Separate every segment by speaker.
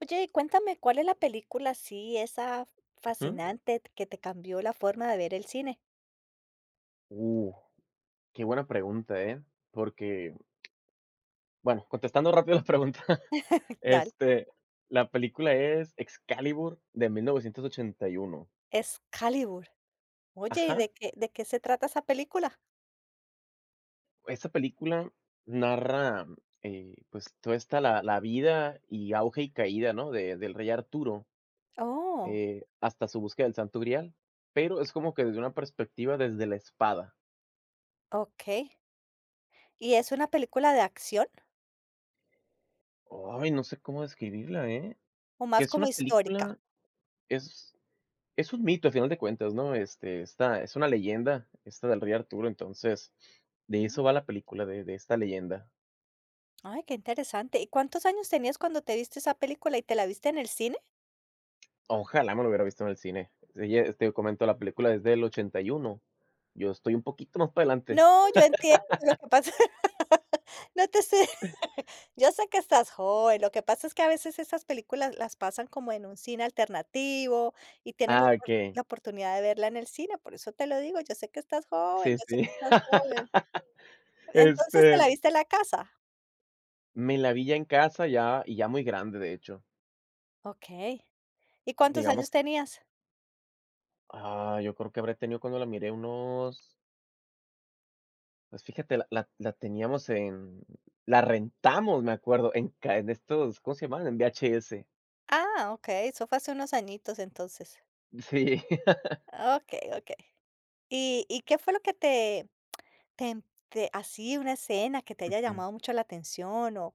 Speaker 1: Oye, y cuéntame, ¿cuál es la película así, esa
Speaker 2: Ujú.
Speaker 1: fascinante que te cambió la forma de ver el cine?
Speaker 2: Uh, Qué buena pregunta, ¿eh? Porque, bueno, contestando rápido la pregunta,
Speaker 1: Dale.
Speaker 2: este, la película es Excalibur de 1981.
Speaker 1: Excalibur. Oye, ¿y
Speaker 2: Ajá.
Speaker 1: de qué se trata esa película?
Speaker 2: Esa película narra, pues, toda esta la vida y auge y caída, ¿no? Del rey Arturo
Speaker 1: Oh,
Speaker 2: hasta su búsqueda del Santo Grial, pero es como que desde una perspectiva desde la espada.
Speaker 1: ok. ¿Y es una película de acción
Speaker 2: Ay, no sé cómo describirla, ¿eh?
Speaker 1: o
Speaker 2: Que
Speaker 1: más
Speaker 2: es
Speaker 1: como
Speaker 2: una
Speaker 1: histórica?
Speaker 2: película. Es Es un mito, a final de cuentas, ¿no? Esta es una leyenda, esta del rey Arturo. Entonces, de
Speaker 1: Mm,
Speaker 2: eso va la película, de esta leyenda.
Speaker 1: ay, qué interesante. ¿Y cuántos años tenías cuando te viste esa película y te la viste en el cine?
Speaker 2: Ojalá me lo hubiera visto en el cine. Ella, comento, la película es del 81. Yo estoy un poquito más para adelante.
Speaker 1: No, yo entiendo lo que pasa. No te sé. Yo sé que estás joven, lo que pasa es que a veces esas películas las pasan como en un cine alternativo y tienes
Speaker 2: Ah, okey.
Speaker 1: la oportunidad de verla en el cine, por eso te lo digo, yo sé que estás joven,
Speaker 2: Sí,
Speaker 1: yo sé que
Speaker 2: sí.
Speaker 1: estás joven. Entonces, ¿te
Speaker 2: Este,
Speaker 1: la viste en la casa?
Speaker 2: Me la vi ya en casa, ya y ya muy grande, de hecho.
Speaker 1: Okey. ¿Y cuántos
Speaker 2: Digamos
Speaker 1: años
Speaker 2: que
Speaker 1: tenías?
Speaker 2: yo creo que habré tenido cuando la miré unos. Pues fíjate, la teníamos en la rentamos, me acuerdo, en estos, ¿cómo se llamaban? En VHS.
Speaker 1: Ah, okey, eso fue hace unos añitos entonces.
Speaker 2: Sí.
Speaker 1: Okey, okey. ¿Y qué fue lo que te Tem te así una escena que te haya
Speaker 2: Ujú.
Speaker 1: llamado mucho la atención, o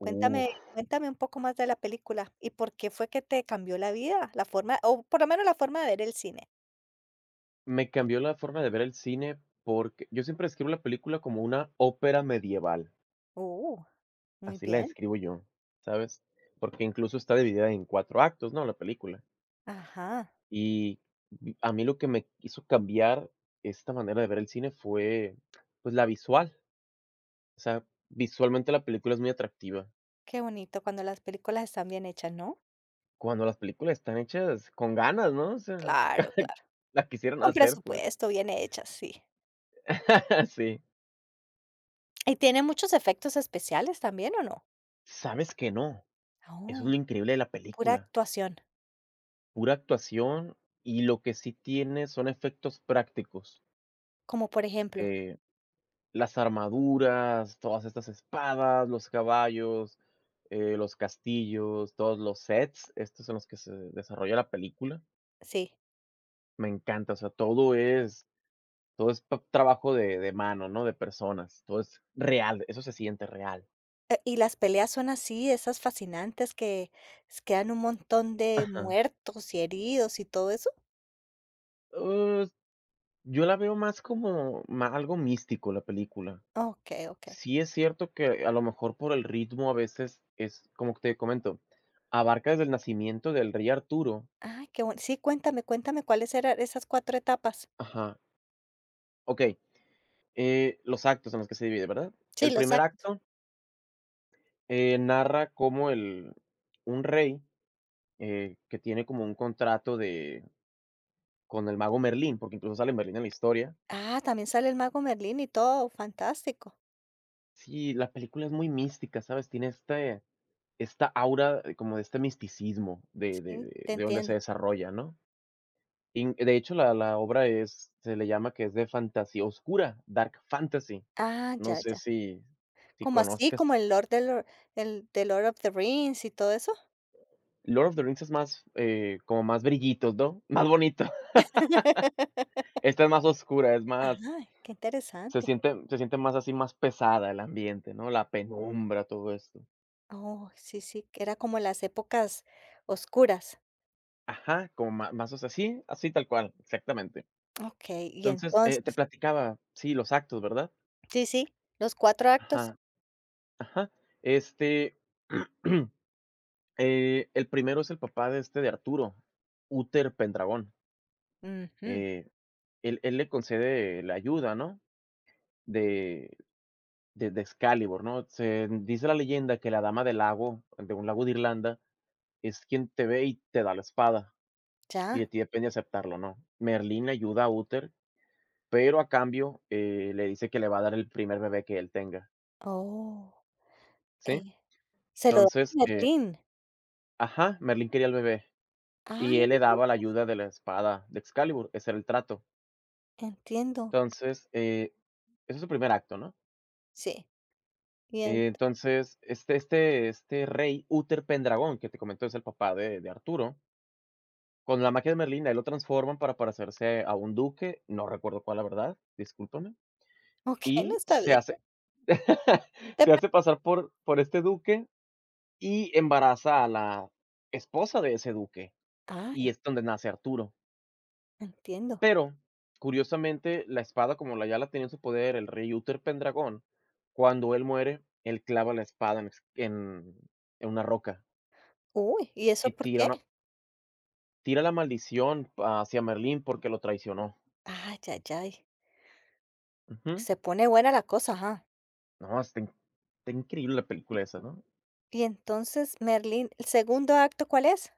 Speaker 1: cuéntame cuéntame un poco más de la película, y por qué fue que te cambió la vida, la forma o por lo menos la forma de ver el cine.
Speaker 2: me cambió la forma de ver el cine porque yo siempre describo la película como una ópera medieval,
Speaker 1: Uh, Muy
Speaker 2: así la
Speaker 1: bien.
Speaker 2: describo yo, ¿sabes? Porque incluso está dividida en 4 actos, ¿no? La película.
Speaker 1: Ajá,
Speaker 2: Y a mí lo que me hizo cambiar esta manera de ver el cine fue, pues, la visual. O sea, visualmente la película es muy atractiva.
Speaker 1: qué bonito cuando las películas están bien hechas, ¿no?
Speaker 2: Cuando las películas están hechas con ganas, ¿no? O sea,
Speaker 1: Claro, claro.
Speaker 2: la quisieron
Speaker 1: Con
Speaker 2: hacer, pues.
Speaker 1: presupuesto, bien hechas, sí.
Speaker 2: Sí.
Speaker 1: ¿Y tiene muchos efectos especiales también, o no?
Speaker 2: ¿Sabes que no? Eso es lo
Speaker 1: Oh,
Speaker 2: increíble de la
Speaker 1: pura
Speaker 2: película.
Speaker 1: actuación,
Speaker 2: Pura actuación y lo que sí tiene son efectos prácticos.
Speaker 1: como por ejemplo,
Speaker 2: Eh, las armaduras, todas estas espadas, los caballos, los castillos, todos los sets, estos en los que se desarrolla la película.
Speaker 1: sí.
Speaker 2: Me encanta, o sea, todo es trabajo de mano, ¿no? De personas, todo es real, eso se siente real.
Speaker 1: Y las peleas son así, esas fascinantes que s quedan un montón de
Speaker 2: Ajá.
Speaker 1: muertos y heridos y todo eso.
Speaker 2: Uh, yo la veo más como ma algo místico la película.
Speaker 1: Okey, okey.
Speaker 2: Sí es cierto que a lo mejor por el ritmo a veces es, como te comento, abarca desde el nacimiento del rey Arturo.
Speaker 1: Ay, qué bueno. Sí, cuéntame cuáles eran esas 4 etapas.
Speaker 2: Ajá, okey, los actos en los que se divide, ¿verdad?
Speaker 1: Sí,
Speaker 2: El
Speaker 1: los
Speaker 2: primer
Speaker 1: actos.
Speaker 2: acto, narra cómo el un rey, que tiene como un contrato de con el mago Merlín, porque incluso sale Merlín en la historia.
Speaker 1: Ah, también sale el mago Merlín y todo, fantástico.
Speaker 2: Sí, la película es muy mística, ¿sabes? Tiene esta aura como de este misticismo de de
Speaker 1: Sí,
Speaker 2: de
Speaker 1: te
Speaker 2: de donde se
Speaker 1: entiendo.
Speaker 2: desarrolla, ¿no? In De hecho, la obra es se le llama que es de fantasía oscura, dark fantasy.
Speaker 1: Ah,
Speaker 2: No
Speaker 1: ya,
Speaker 2: sé
Speaker 1: ya.
Speaker 2: si
Speaker 1: ¿Como así,
Speaker 2: conozcas.
Speaker 1: como el de Lord of the Rings y todo eso?
Speaker 2: Lord of the Rings es más, como más brillitos, ¿no? Más bonito. Esta es más oscura, es más.
Speaker 1: Ah, qué
Speaker 2: se
Speaker 1: interesante.
Speaker 2: siente se siente más así, más pesada el ambiente, ¿no? La penumbra, todo esto.
Speaker 1: Oh, sí, sí, que era como las épocas oscuras.
Speaker 2: Ajá, como má más, o sea, sí, así tal cual, exactamente.
Speaker 1: Okey, y
Speaker 2: Entonces, te
Speaker 1: entonces,
Speaker 2: platicaba, sí, los actos, ¿verdad?
Speaker 1: sí, sí, los 4 actos.
Speaker 2: Ajá. Ajá, este, el primero es el papá de Arturo, Uther Pendragón,
Speaker 1: Ujú.
Speaker 2: eh, él le concede la ayuda, ¿no?, de de Excalibur, ¿no? Se dice la leyenda que la dama del lago, de un lago de Irlanda, es quien te ve y te da la espada, y de
Speaker 1: Ya.
Speaker 2: ti depende aceptarlo no. Merlín le ayuda a Uther, pero a cambio, le dice que le va a dar el primer bebé que él tenga,
Speaker 1: Oh,
Speaker 2: ¿sí?
Speaker 1: eh, se lo da a
Speaker 2: Entonces,
Speaker 1: Merlín.
Speaker 2: ajá, Merlín quería el bebé.
Speaker 1: Ah,
Speaker 2: Y él le daba la ayuda de la espada de Excalibur, ese era el trato.
Speaker 1: entiendo.
Speaker 2: Entonces, ese es su primer acto, ¿no?
Speaker 1: Sí, bien.
Speaker 2: Entonces, este rey Uther Pendragón, que te comento es el papá de Arturo, con la magia de Merlín, a él lo transforman para parecerse a un duque, no recuerdo cuál, la verdad, discúlpame,
Speaker 1: Okey, no,
Speaker 2: y
Speaker 1: está
Speaker 2: se
Speaker 1: bien.
Speaker 2: hace
Speaker 1: Te
Speaker 2: se
Speaker 1: per
Speaker 2: hace pasar por este duque y embaraza a la esposa de ese duque,
Speaker 1: ay,
Speaker 2: y es donde nace Arturo.
Speaker 1: entiendo.
Speaker 2: Pero, curiosamente, la espada, como la ya la tenía en su poder el rey Uther Pendragón, cuando él muere, él clava la espada en ex en una roca
Speaker 1: Uy, ¿y eso
Speaker 2: y
Speaker 1: por qué?
Speaker 2: tira la maldición hacia Merlín porque lo traicionó.
Speaker 1: Ay, ay, ay.
Speaker 2: Ujú.
Speaker 1: Se pone buena la cosa, ajá.
Speaker 2: No, está in está increíble la película esa, ¿no?
Speaker 1: Y entonces, Merlín, ¿el segundo acto cuál es?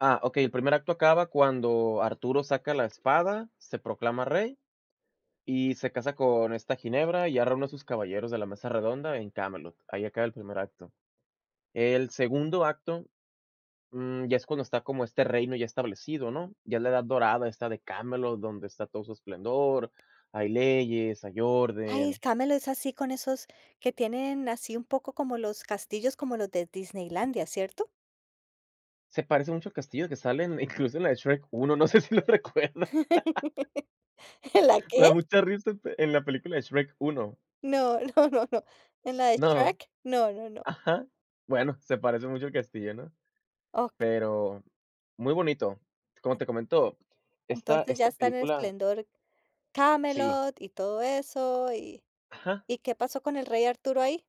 Speaker 2: Ah, okey, el primer acto acaba cuando Arturo saca la espada, se proclama rey y se casa con esta Ginebra y ya reúne a sus caballeros de la mesa redonda en Camelot. Ahí acaba el primer acto. El segundo acto. Ya es cuando está como este reino ya establecido, ¿no? Ya la edad dorada está de Camelot, donde está todo su esplendor, hay leyes, hay
Speaker 1: Ay,
Speaker 2: orden.
Speaker 1: es Camelot es así con esos que tienen así un poco como los castillos como los de Disneylandia, ¿cierto?
Speaker 2: Se parece mucho al castillo que sale en incluso en la de Shrek uno, no sé si lo recuerdas.
Speaker 1: ¿La
Speaker 2: Me
Speaker 1: qué?
Speaker 2: da mucha risa en la película de Shrek uno.
Speaker 1: No, no, no, no. ¿En la de
Speaker 2: No,
Speaker 1: Shrek? No, no, no.
Speaker 2: ajá. Bueno, se parece mucho al castillo, ¿no?
Speaker 1: Okey.
Speaker 2: Pero muy bonito. Como te comento, esta
Speaker 1: Entonces ya
Speaker 2: esta
Speaker 1: está en el
Speaker 2: película.
Speaker 1: esplendor
Speaker 2: Sí,
Speaker 1: Camelot y todo eso, ¿y
Speaker 2: ajá.
Speaker 1: qué pasó con el rey Arturo ahí?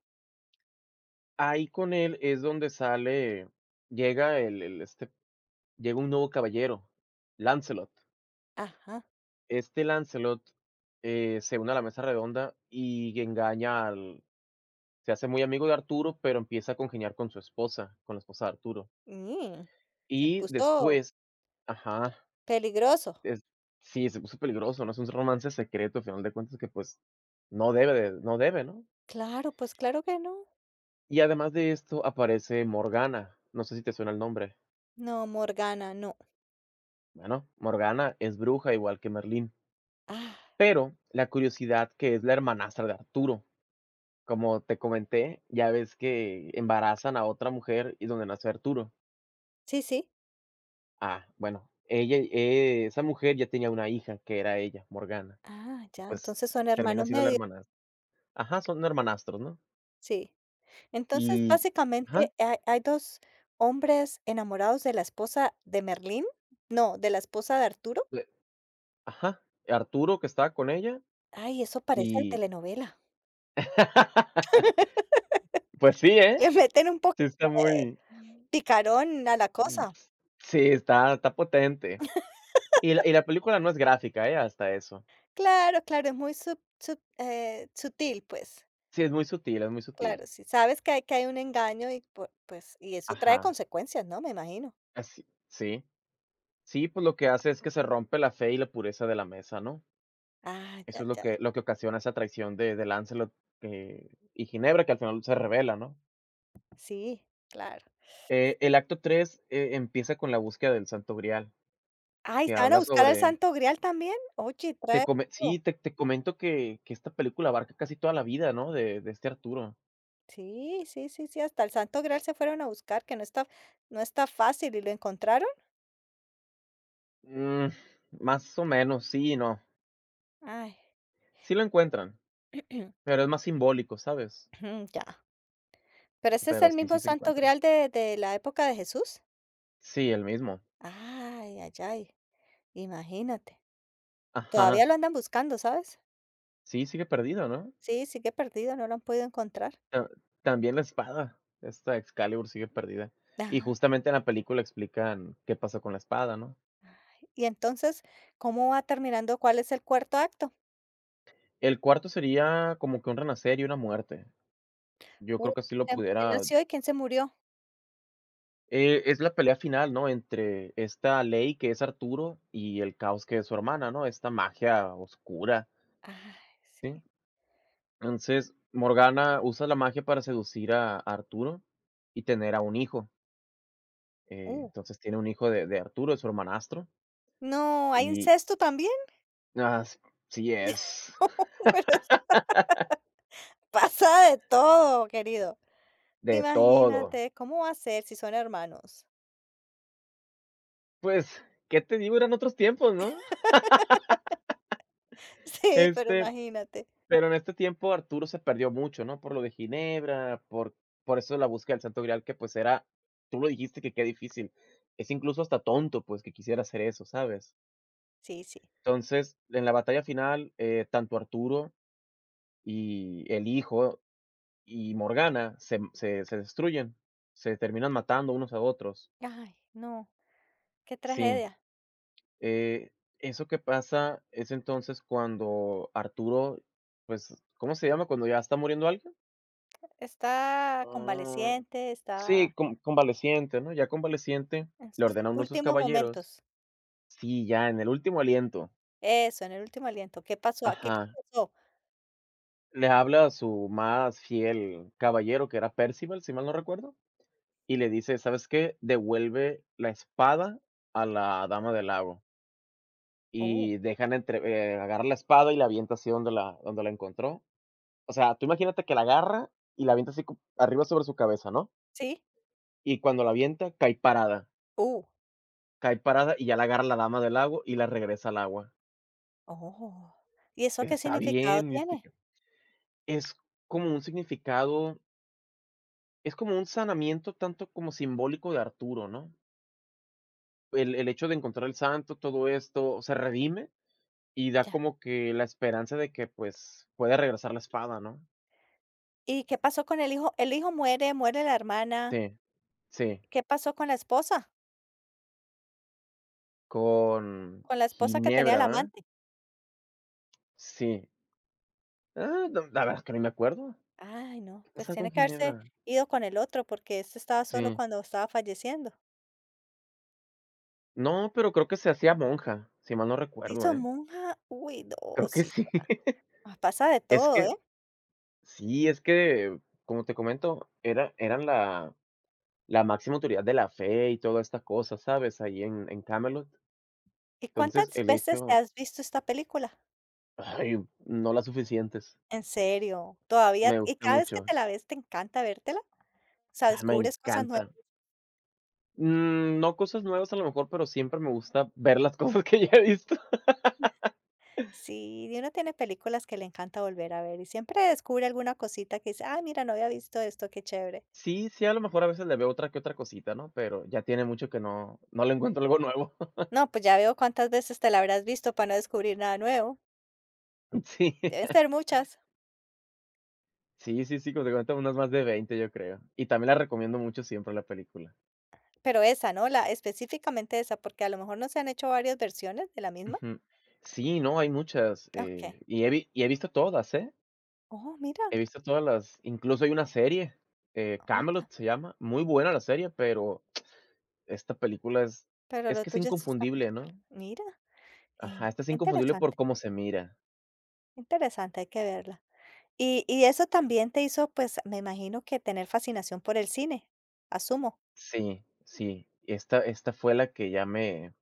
Speaker 2: Ahí con él es donde sale llega el este Llega un nuevo caballero, Lancelot.
Speaker 1: Ajá.
Speaker 2: Este Lancelot, se une a la mesa redonda y engaña al se hace muy amigo de Arturo, pero empieza a congeniar con su esposa, con la esposa de Arturo.
Speaker 1: Mm, Se
Speaker 2: Y
Speaker 1: puso
Speaker 2: después, ajá,
Speaker 1: peligroso.
Speaker 2: es sí, se puso peligroso, ¿no? Es un romance secreto, al final de cuentas, que, pues, no debe, ¿no?
Speaker 1: Claro, pues claro que no.
Speaker 2: Y además de esto, aparece Morgana, no sé si te suena el nombre.
Speaker 1: No, Morgana, no.
Speaker 2: Bueno, Morgana es bruja, igual que Merlín,
Speaker 1: Ah,
Speaker 2: pero la curiosidad que es la hermanastra de Arturo. Como te comenté, ya ves que embarazan a otra mujer y donde nace Arturo.
Speaker 1: sí, sí.
Speaker 2: Ah, bueno, ella, esa mujer ya tenía una hija que era ella, Morgana,
Speaker 1: Ah,
Speaker 2: y
Speaker 1: ya,
Speaker 2: pues
Speaker 1: entonces son
Speaker 2: termina
Speaker 1: hermanos
Speaker 2: siendo la
Speaker 1: medios.
Speaker 2: hermanastra. Ajá, son hermanastros, ¿no?
Speaker 1: Sí. Entonces,
Speaker 2: Y ajá,
Speaker 1: básicamente, hay 2 hombres enamorados de la esposa de Merlín, no, de la esposa de Arturo.
Speaker 2: le ajá, Arturo que estaba con ella
Speaker 1: Ay, eso parecen
Speaker 2: y
Speaker 1: telenovela.
Speaker 2: pues sí, ¿eh?
Speaker 1: Le meten un poco
Speaker 2: Sí está
Speaker 1: de
Speaker 2: muy.
Speaker 1: picarón a la
Speaker 2: mm,
Speaker 1: cosa.
Speaker 2: sí, está potente. Y la película no es gráfica, ¿eh? Hasta eso.
Speaker 1: Claro, claro, es muy sub sub sutil, pues.
Speaker 2: Sí, es muy sutil, es muy
Speaker 1: Claro,
Speaker 2: sutil.
Speaker 1: si sabes que hay un engaño y pues, y eso trae
Speaker 2: Ajá,
Speaker 1: consecuencias, ¿no? Me imagino.
Speaker 2: así, sí. Sí, pues lo que hace es que se rompe la fe y la pureza de la mesa, ¿no?
Speaker 1: Ah, ya,
Speaker 2: Eso es lo
Speaker 1: ya.
Speaker 2: que lo que ocasiona esa traición de Lancelot, y Ginebra, que al final se revela, ¿no?
Speaker 1: Sí, claro.
Speaker 2: El acto 3 empieza con la búsqueda del Santo Grial,
Speaker 1: Ay,
Speaker 2: que
Speaker 1: ¿se van a
Speaker 2: habla
Speaker 1: buscar al
Speaker 2: sobre
Speaker 1: Santo Grial también? Oye,
Speaker 2: te
Speaker 1: trae
Speaker 2: come sí,
Speaker 1: todo.
Speaker 2: te comento que esta película abarca casi toda la vida, ¿no?, de este Arturo.
Speaker 1: Sí, sí, sí, sí, hasta el Santo Grial se fueron a buscar, que no está fácil, ¿y lo encontraron?
Speaker 2: Mm, Más o menos, sí y no.
Speaker 1: Ay,
Speaker 2: Sí lo encuentran, pero es más simbólico, ¿sabes?
Speaker 1: ya. ¿Pero ese es
Speaker 2: Pero
Speaker 1: el
Speaker 2: sí, sí
Speaker 1: mismo
Speaker 2: se
Speaker 1: Santo
Speaker 2: encuentran.
Speaker 1: Grial de la época de Jesús?
Speaker 2: Sí, el mismo.
Speaker 1: Ay, ay, ay, imagínate.
Speaker 2: Ajá.
Speaker 1: Todavía lo andan buscando, ¿sabes?
Speaker 2: Sí, sigue perdido, ¿no?
Speaker 1: Sí, sigue perdido, no lo han podido encontrar.
Speaker 2: Ta También la espada, esta Excalibur sigue perdida. Y
Speaker 1: Ah,
Speaker 2: justamente en la película explican qué pasó con la espada, ¿no?
Speaker 1: y entonces, ¿cómo va terminando? ¿Cuál es el cuarto acto?
Speaker 2: El cuarto sería como que un renacer y una muerte. Yo
Speaker 1: Uh,
Speaker 2: creo que así lo
Speaker 1: ¿quién
Speaker 2: pudiera.
Speaker 1: nació y quién se murió?
Speaker 2: Es la pelea final, ¿no? Entre esta Ley, que es Arturo, y el Caos, que es su hermana, ¿no? Esta magia oscura,
Speaker 1: Ay,
Speaker 2: ¿sí?
Speaker 1: sí.
Speaker 2: Entonces, Morgana usa la magia para seducir a Arturo y tener a un hijo.
Speaker 1: Uh,
Speaker 2: Entonces, tiene un hijo de Arturo, de su hermanastro,
Speaker 1: no, ¿hay
Speaker 2: y
Speaker 1: incesto también?
Speaker 2: as sí sí es.
Speaker 1: Pero pasa de todo, querido.
Speaker 2: De todo.
Speaker 1: Imagínate, ¿cómo va a ser si son hermanos?
Speaker 2: Pues, ¿qué te digo? Eran otros tiempos, ¿no?
Speaker 1: Sí, pero
Speaker 2: Este,
Speaker 1: imagínate.
Speaker 2: pero en este tiempo Arturo se perdió mucho, ¿no? Por lo de Ginebra, por eso la búsqueda del Santo Grial, que pues era, tú lo dijiste que qué difícil. Es incluso hasta tonto, pues, que quisiera hacer eso, ¿sabes?
Speaker 1: Sí, sí.
Speaker 2: Entonces, en la batalla final, tanto Arturo y el hijo y Morgana se destruyen, se terminan matando unos a otros.
Speaker 1: Ay, no. Qué
Speaker 2: Sí.
Speaker 1: tragedia.
Speaker 2: Eh, Eso que pasa es entonces cuando Arturo, pues, ¿cómo se llama? Cuando ya está muriendo alguien.
Speaker 1: Está
Speaker 2: Ah,
Speaker 1: convaleciente,
Speaker 2: sí,
Speaker 1: está
Speaker 2: convaleciente, ¿no? Ya convaleciente,
Speaker 1: en
Speaker 2: le
Speaker 1: sus
Speaker 2: ordena a uno de sus
Speaker 1: últimos
Speaker 2: caballeros.
Speaker 1: momentos.
Speaker 2: Sí, ya en el último aliento.
Speaker 1: Eso, en el último aliento. ¿Qué pasó? ¿A qué
Speaker 2: Ajá.
Speaker 1: confesó?
Speaker 2: Le habla a su más fiel caballero, que era Percival, si mal no recuerdo, y le dice: ¿Sabes qué? Devuelve la espada a la dama del lago.
Speaker 1: Oh,
Speaker 2: Y dejan entre agarra la espada y la avienta así donde la encontró. O sea, tú imagínate que la agarra y la avienta así arriba sobre su cabeza, ¿no?
Speaker 1: ¿sí?
Speaker 2: Y cuando la avienta, cae parada.
Speaker 1: Uh,
Speaker 2: Cae parada y ya la agarra la dama del lago y la regresa al agua.
Speaker 1: oh. ¿Y eso qué
Speaker 2: Está
Speaker 1: significado
Speaker 2: bien,
Speaker 1: tiene?
Speaker 2: mística. Es como un significado, es como un sanamiento tanto como simbólico de Arturo, ¿no? El hecho de encontrar el santo, todo esto, se redime y da
Speaker 1: Ya.
Speaker 2: como que la esperanza de que pues puede regresar la espada, ¿no?
Speaker 1: ¿Y qué pasó con el hijo? El hijo muere, muere la hermana.
Speaker 2: Sí, sí.
Speaker 1: ¿Qué pasó con la esposa?
Speaker 2: Con
Speaker 1: Con la esposa que tenía el
Speaker 2: Ginebra, ¿verdad?
Speaker 1: amante.
Speaker 2: Sí. Ah, no, la verdad es que no me acuerdo.
Speaker 1: Ay, no, pues
Speaker 2: Está
Speaker 1: tiene
Speaker 2: con
Speaker 1: que
Speaker 2: ginebra.
Speaker 1: haberse ido con el otro porque este estaba solo
Speaker 2: Sí.
Speaker 1: cuando estaba falleciendo.
Speaker 2: No, pero creo que se hacía monja, si mal no
Speaker 1: Se
Speaker 2: recuerdo,
Speaker 1: hizo
Speaker 2: ¿eh?
Speaker 1: monja. Uy, no,
Speaker 2: Creo que
Speaker 1: sí.
Speaker 2: sí.
Speaker 1: Pasa de
Speaker 2: Es
Speaker 1: todo,
Speaker 2: que
Speaker 1: ¿eh?
Speaker 2: sí, es que, como te comento, eran la máxima autoridad de la fe y toda esta cosa, ¿sabes? Ahí en Camelot.
Speaker 1: ¿Y
Speaker 2: Entonces,
Speaker 1: cuántas
Speaker 2: el
Speaker 1: veces te
Speaker 2: hecho
Speaker 1: has visto esta película?
Speaker 2: Ay, no las suficientes.
Speaker 1: ¿En serio? ¿Todavía?
Speaker 2: Me
Speaker 1: ¿Y
Speaker 2: gusta
Speaker 1: cada vez que
Speaker 2: mucho.
Speaker 1: te la ves te encanta vértela? O sea,
Speaker 2: Ah, me
Speaker 1: ¿descubres cosas nuevas?
Speaker 2: encanta. No cosas nuevas a lo mejor, pero siempre me gusta ver las cosas que ya he visto.
Speaker 1: Sí, y uno tiene películas que le encanta volver a ver y siempre descubre alguna cosita que dice, ah, mira, no había visto esto, qué chévere.
Speaker 2: Sí, sí, a lo mejor a veces le veo otra que otra cosita, ¿no? Pero ya tiene mucho que no le encuentro algo nuevo.
Speaker 1: No, pues ya veo cuántas veces te la habrás visto para no descubrir nada nuevo.
Speaker 2: Sí,
Speaker 1: Deben ser muchas,
Speaker 2: sí, sí, sí, como te cuento, unas más de 20, yo creo. Y también la recomiendo mucho siempre la película.
Speaker 1: pero esa, ¿no? La específicamente esa, porque a lo mejor no se han hecho varias versiones de la misma.
Speaker 2: Ujú. Sí, no, hay muchas,
Speaker 1: Ok.
Speaker 2: y he visto todas, ¿eh?
Speaker 1: Oh, mira,
Speaker 2: He visto todas las Incluso hay una serie, Camelot
Speaker 1: otra.
Speaker 2: se llama, muy buena la serie, pero esta película es.
Speaker 1: Pero
Speaker 2: es
Speaker 1: lo
Speaker 2: que es
Speaker 1: tuyo es esta
Speaker 2: inconfundible,
Speaker 1: película.
Speaker 2: ¿no?
Speaker 1: Mira,
Speaker 2: Ajá,
Speaker 1: eh,
Speaker 2: esta es
Speaker 1: qué
Speaker 2: inconfundible por
Speaker 1: interesante.
Speaker 2: cómo se mira.
Speaker 1: Interesante, hay que verla. Y eso también te hizo, pues, me imagino que tener fascinación por el cine, asumo.
Speaker 2: Sí, sí, esta fue la que ya me.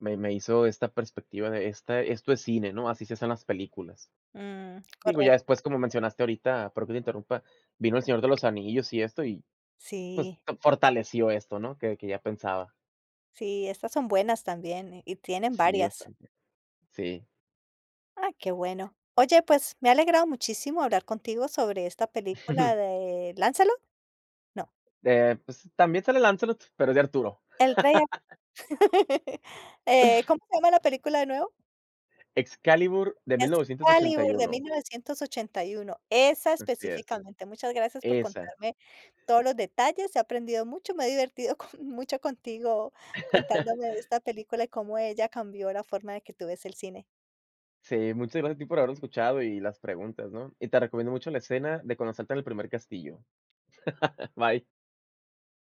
Speaker 2: Me hizo esta perspectiva de esta esto es cine, ¿no? Así se hacen las películas.
Speaker 1: Mm,
Speaker 2: Digo, ya
Speaker 1: Correcto.
Speaker 2: después, como mencionaste ahorita, perdón que te interrumpa, vino El Señor de los Anillos y esto, y pues
Speaker 1: Sí,
Speaker 2: fortaleció esto, ¿no? Que ya pensaba.
Speaker 1: sí, estas son buenas también y tienen
Speaker 2: Sí,
Speaker 1: varias.
Speaker 2: bastante. Sí.
Speaker 1: Ah, qué bueno. Oye, pues me ha alegrado muchísimo hablar contigo sobre esta película de Lancelot. No,
Speaker 2: Pues también sale Lancelot, pero es de Arturo.
Speaker 1: el Rey. ¿Cómo se llama la película de nuevo?
Speaker 2: Excalibur de mil novecientos ochenta y
Speaker 1: Excalibur de mil
Speaker 2: uno.
Speaker 1: novecientos ochenta y uno, esa
Speaker 2: Así es,
Speaker 1: específicamente. Muchas gracias por
Speaker 2: esa.
Speaker 1: contarme todos los detalles, he aprendido mucho, me he divertido con mucho contigo contándome de esta película y cómo ella cambió la forma de que tú ves el cine.
Speaker 2: Sí, muchas gracias a ti por haberlo escuchado y las preguntas, ¿no? Y te recomiendo mucho la escena de cuando saltan el primer castillo. Bye.